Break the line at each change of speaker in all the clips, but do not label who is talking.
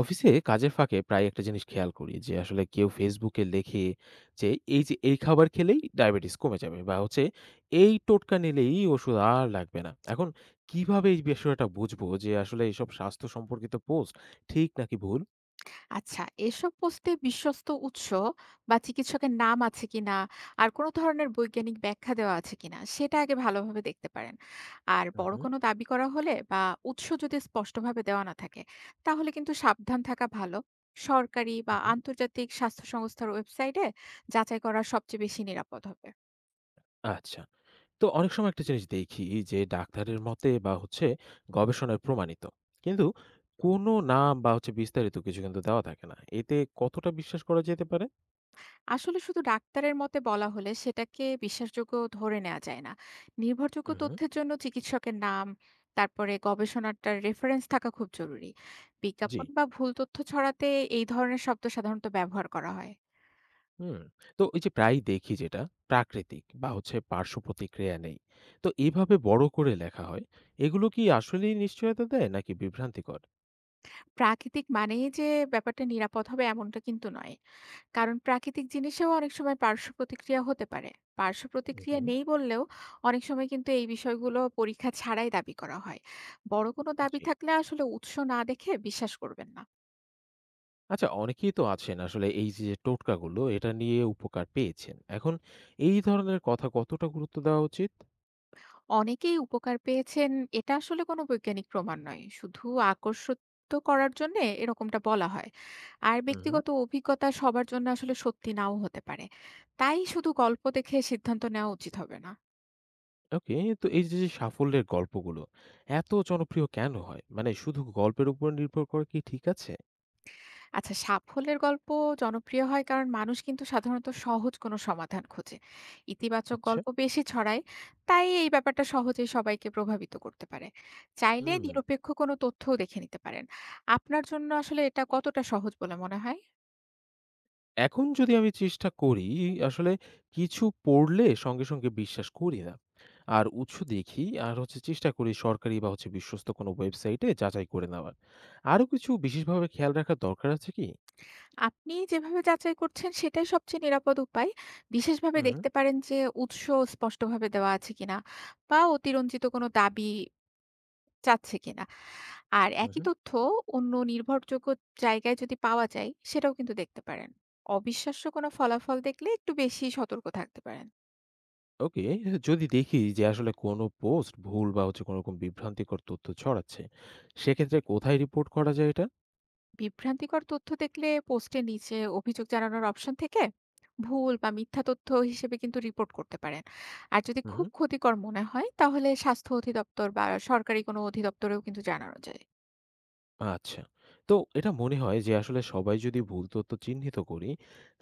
অফিসে কাজের ফাঁকে প্রায় একটা জিনিস খেয়াল করি যে আসলে কেউ ফেসবুকে লেখে যে এই যে এই খাবার খেলেই ডায়াবেটিস কমে যাবে বা হচ্ছে এই টোটকা নিলেই ওষুধ আর লাগবে না। এখন কিভাবে এই বিষয়টা বুঝবো যে আসলে এইসব স্বাস্থ্য সম্পর্কিত পোস্ট ঠিক নাকি ভুল?
আচ্ছা, এসব পোস্টে বিশ্বস্ত উৎস বা চিকিৎসকের নাম আছে কিনা, আর কোনো ধরনের বৈজ্ঞানিক ব্যাখ্যা দেওয়া আছে কিনা, সেটা আগে ভালোভাবে দেখতে পারেন। আর
হুম,
বড়
হুম,
কোনো দাবি করা হলে বা উৎস যদি স্পষ্টভাবে দেওয়া না থাকে, তাহলে কিন্তু সাবধান থাকা ভালো। সরকারি বা
হুম।
আন্তর্জাতিক স্বাস্থ্য সংস্থার ওয়েবসাইটে যাচাই করা সবচেয়ে বেশি নিরাপদ হবে।
আচ্ছা, তো অনেক সময় একটা জিনিস দেখি যে ডাক্তারের মতে বা হচ্ছে গবেষণায় প্রমাণিত, কিন্তু কোনো নাম বা হচ্ছে বিস্তারিত কিছু কিন্তু দেওয়া থাকে না। এতে কতটা বিশ্বাস করা যেতে পারে?
আসলে শুধু ডাক্তারের মতে বলা হলে সেটাকে বিশ্বাসযোগ্য ধরে নেওয়া যায় না। নির্ভরযোগ্য
হুম, হুম।
তথ্যের জন্য চিকিৎসকের নাম, তারপরে গবেষণাটার রেফারেন্স থাকা খুব জরুরি।
জি।
বিজ্ঞাপন বা ভুল তথ্য ছড়াতে এই ধরনের শব্দ সাধারণত ব্যবহার করা হয়।
হুম। তো এই যে প্রায়ই দেখি যেটা প্রাকৃতিক বা হচ্ছে পার্শ্ব প্রতিক্রিয়া নেই। তো এভাবে বড় করে লেখা হয়। এগুলো কি আসলেই নিশ্চয়তা দেয় নাকি বিভ্রান্তিকর?
প্রাকৃতিক মানেই যে ব্যাপারটা নিরাপদ হবে এমনটা কিন্তু নয়। কারণ প্রাকৃতিক জিনিসেও অনেক সময় পার্শ্ব প্রতিক্রিয়া হতে পারে। পার্শ্ব প্রতিক্রিয়া
উহুম।
নেই বললেও অনেক সময় কিন্তু এই বিষয়গুলো পরীক্ষা ছাড়াই দাবি করা হয়। বড় কোনো দাবি
জি।
থাকলে আসলে উৎস না দেখে বিশ্বাস করবেন না।
আচ্ছা, অনেকেই তো আছেন আসলে এই যে টোটকাগুলো এটা নিয়ে উপকার পেয়েছেন। এখন এই ধরনের কথা কতটা গুরুত্ব দেওয়া উচিত?
অনেকেই উপকার পেয়েছেন, এটা আসলে কোনো বৈজ্ঞানিক প্রমাণ নয়, শুধু আকর্ষিত করার জন্য এরকমটা বলা হয়। আর
উহুম।
ব্যক্তিগত অভিজ্ঞতা সবার জন্য আসলে সত্যি নাও হতে পারে, তাই শুধু গল্প দেখে সিদ্ধান্ত নেওয়া উচিত হবে না।
ওকে। তো এই যে, যে সাফল্যের গল্পগুলো এত জনপ্রিয় কেন হয়? মানে শুধু গল্পের উপর নির্ভর করা কি ঠিক আছে?
আচ্ছা, সাফল্যের গল্প জনপ্রিয় হয় কারণ মানুষ কিন্তু সাধারণত সহজ কোনো সমাধান খোঁজে, ইতিবাচক
আচ্ছা।
গল্প বেশি ছড়ায়, তাই এই ব্যাপারটা সহজেই সবাইকে প্রভাবিত করতে পারে। চাইলে
হুম।
নিরপেক্ষ কোনো তথ্যও দেখে নিতে পারেন। আপনার জন্য আসলে এটা কতটা সহজ বলে মনে হয়?
এখন যদি আমি চেষ্টা করি, আসলে কিছু পড়লে সঙ্গে, সঙ্গে বিশ্বাস করি না। আর উৎস দেখি আর চেষ্টা করি সরকারি বা হচ্ছে বিশ্বস্ত কোনো ওয়েবসাইটে যাচাই করে নেওয়ার। আরো কিছু বিশেষভাবে খেয়াল রাখার দরকার আছে কি?
আপনি যেভাবে যাচাই করছেন সেটাই সবচেয়ে নিরাপদ উপায়। বিশেষভাবে
হুম, হুম,
দেখতে পারেন যে উৎস স্পষ্টভাবে দেওয়া আছে কিনা, বা অতিরঞ্জিত কোনো দাবি চাচ্ছে কিনা। আর
হুম,
একই
হুম।
তথ্য অন্য নির্ভরযোগ্য জায়গায় যদি পাওয়া যায় সেটাও কিন্তু দেখতে পারেন। অবিশ্বাস্য কোনো ফলাফল দেখলে একটু বেশি সতর্ক থাকতে পারেন।
ওকে, যদি দেখি যে আসলে কোনো পোস্ট ভুল বা হচ্ছে কোনোরকম বিভ্রান্তিকর তথ্য ছড়াচ্ছে, সেক্ষেত্রে কোথায় রিপোর্ট করা যায় এটা?
বিভ্রান্তিকর তথ্য দেখলে পোস্টের নিচে অভিযোগ জানানোর অপশন থেকে ভুল বা মিথ্যা তথ্য হিসেবে কিন্তু রিপোর্ট করতে পারেন। আর যদি
হুম,
খুব
হুম।
ক্ষতিকর মনে হয় তাহলে স্বাস্থ্য অধিদপ্তর বা সরকারি কোনো অধিদপ্তরেও কিন্তু জানানো যায়।
আচ্ছা। তো এটা মনে হয় যে আসলে সবাই যদি ভুল তথ্য চিহ্নিত করি,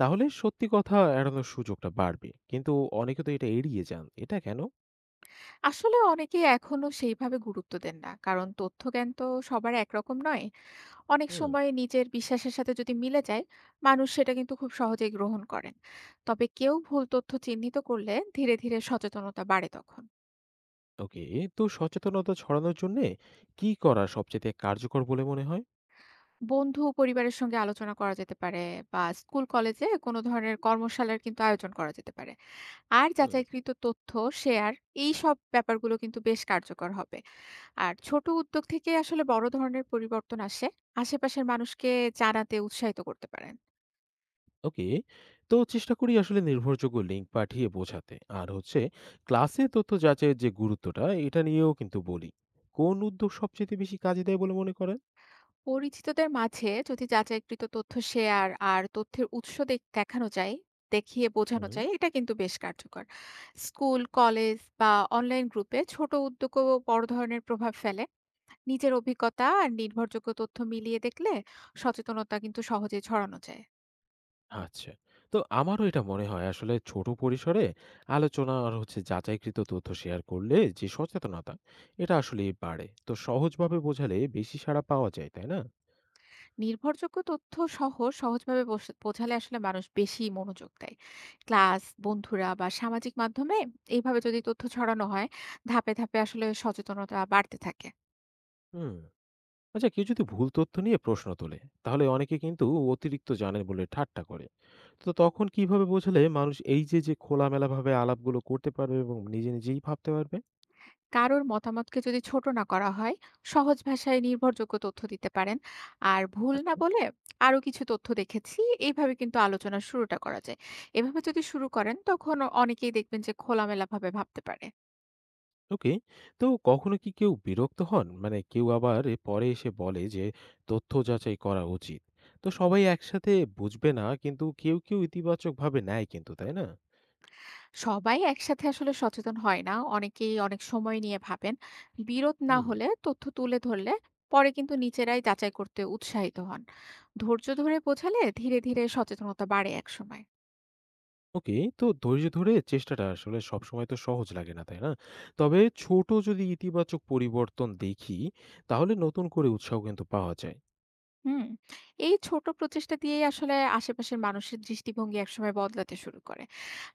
তাহলে সত্যি কথা এড়ানোর সুযোগটা বাড়বে। কিন্তু অনেকে তো এটা এড়িয়ে যান। এটা কেন?
আসলে অনেকে এখনো সেইভাবে গুরুত্ব দেন না, কারণ তথ্য জ্ঞান তো সবার একরকম নয়। অনেক
হুম।
সময় নিজের বিশ্বাসের সাথে যদি মিলে যায়, মানুষ সেটা কিন্তু খুব সহজেই গ্রহণ করেন। তবে কেউ ভুল তথ্য চিহ্নিত করলে ধীরে ধীরে সচেতনতা বাড়ে তখন।
ওকে, তো সচেতনতা ছড়ানোর জন্যে কি করা সবচেয়ে কার্যকর বলে মনে হয়?
বন্ধু ও পরিবারের সঙ্গে আলোচনা করা যেতে পারে, বা স্কুল কলেজে কোনো ধরনের কর্মশালার কিন্তু আয়োজন করা যেতে পারে। আর
হুম।
যাচাইকৃত তথ্য শেয়ার, এই সব ব্যাপারগুলো কিন্তু বেশ কার্যকর হবে। আর ছোট উদ্যোগ থেকে আসলে বড় ধরনের পরিবর্তন আসে। আশেপাশের মানুষকে জানাতে উৎসাহিত করতে পারেন।
ওকে, তো চেষ্টা করি আসলে নির্ভরযোগ্য লিঙ্ক পাঠিয়ে বোঝাতে। আর ক্লাসে তথ্য যাচাইয়ের যে গুরুত্বটা, এটা নিয়েও কিন্তু বলি। কোন উদ্যোগ সবচেয়ে বেশি কাজে দেয় বলে মনে করেন?
পরিচিতদের মাঝে যদি যাচাইকৃত তথ্য শেয়ার আর তথ্যের উৎস দেখানো যায়, দেখিয়ে বোঝানো
হুম।
যায়, এটা কিন্তু বেশ কার্যকর। স্কুল কলেজ বা অনলাইন গ্রুপে ছোট উদ্যোগও বড় ধরনের প্রভাব ফেলে। নিজের অভিজ্ঞতা আর নির্ভরযোগ্য তথ্য মিলিয়ে দেখলে সচেতনতা কিন্তু সহজে ছড়ানো যায়।
আচ্ছা। তো আমারও এটা মনে হয় আসলে ছোট পরিসরে আলোচনা আর যাচাইকৃত তথ্য শেয়ার করলে যে সচেতনতা, এটা আসলেই বাড়ে। তো সহজভাবে বোঝালে বেশি সাড়া পাওয়া যায়, তাই না?
নির্ভরযোগ্য তথ্য সহ সহজভাবে বোঝালে আসলে মানুষ বেশি মনোযোগ দেয়। ক্লাস বন্ধুরা বা সামাজিক মাধ্যমে এইভাবে যদি তথ্য ছড়ানো হয়, ধাপে ধাপে আসলে সচেতনতা বাড়তে থাকে।
হুম। আচ্ছা, কেউ যদি ভুল তথ্য নিয়ে প্রশ্ন তোলে তাহলে অনেকে কিন্তু অতিরিক্ত জানে বলে ঠাট্টা করে। তো তখন কিভাবে বোঝালে মানুষ যে খোলামেলাভাবে আলাপগুলো করতে পারবে এবং নিজে নিজেই ভাবতে পারবে?
কারোর মতামতকে যদি ছোট না করা হয়, সহজ ভাষায় নির্ভরযোগ্য তথ্য দিতে পারেন। আর ভুল না
আচ্ছা।
বলে আরো কিছু তথ্য দেখেছি, এইভাবে কিন্তু আলোচনার শুরুটা করা যায়। এভাবে যদি শুরু করেন তখন অনেকেই দেখবেন যে খোলামেলাভাবে ভাবতে পারে।
ওকে। তো কখনো কি কেউ বিরক্ত হন? মানে কেউ আবার এ পরে এসে বলে যে তথ্য যাচাই করা উচিত। তো সবাই একসাথে বুঝবে না, কিন্তু কেউ, কেউ ইতিবাচকভাবে নেয় কিন্তু, তাই না?
সবাই একসাথে আসলে সচেতন হয় না, অনেকেই অনেক সময় নিয়ে ভাবেন। বিরোধ না
হুম।
হলে তথ্য তুলে ধরলে পরে কিন্তু নিজেরাই যাচাই করতে উৎসাহিত হন। ধৈর্য ধরে বোঝালে ধীরে, ধীরে সচেতনতা বাড়ে একসময়।
ওকে। তো ধৈর্য ধরে চেষ্টাটা আসলে সবসময় তো সহজ লাগে না, তাই না? তবে ছোট যদি ইতিবাচক পরিবর্তন দেখি তাহলে নতুন করে উৎসাহ কিন্তু পাওয়া যায়।
হুম। এই ছোট প্রচেষ্টা দিয়েই আসলে আশেপাশের মানুষের দৃষ্টিভঙ্গি একসময় বদলাতে শুরু করে।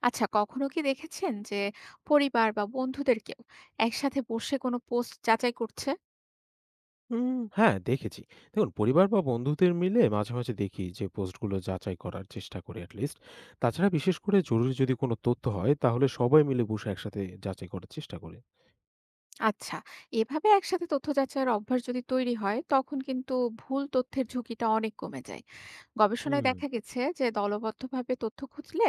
আচ্ছা, কখনো কি দেখেছেন যে পরিবার বা বন্ধুদের কেউ একসাথে বসে কোনো পোস্ট যাচাই করছে?
হ্যাঁ, দেখেছি। দেখুন পরিবার বা বন্ধুদের মিলে মাঝে, মাঝে দেখি যে পোস্টগুলো যাচাই করার চেষ্টা করি এটলিস্ট। তাছাড়া বিশেষ করে জরুরি যদি কোনো তথ্য হয় তাহলে সবাই মিলে বসে একসাথে যাচাই করার চেষ্টা করি।
আচ্ছা, এভাবে একসাথে তথ্য যাচাইয়ের অভ্যাস যদি তৈরি হয় তখন কিন্তু ভুল তথ্যের ঝুঁকিটা অনেক কমে যায়। গবেষণায়
হুম।
দেখা গেছে যে দলবদ্ধভাবে তথ্য খুঁজলে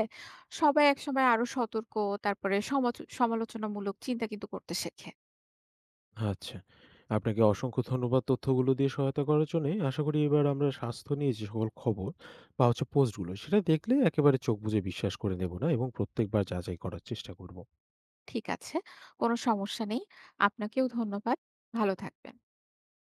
সবাই একসময় আরো সতর্ক, তারপরে সমালোচনামূলক চিন্তা কিন্তু করতে শেখে।
আচ্ছা। আপনাকে অসংখ্য ধন্যবাদ তথ্যগুলো দিয়ে সহায়তা করার জন্যে। আশা করি এবার আমরা স্বাস্থ্য নিয়ে যে সকল খবর বা হচ্ছে পোস্টগুলো সেটা দেখলে একেবারে চোখ বুজে বিশ্বাস করে নেব না এবং প্রত্যেকবার যাচাই করার চেষ্টা করব।
ঠিক আছে। কোনো সমস্যা নেই। আপনাকেও ধন্যবাদ। ভালো থাকবেন।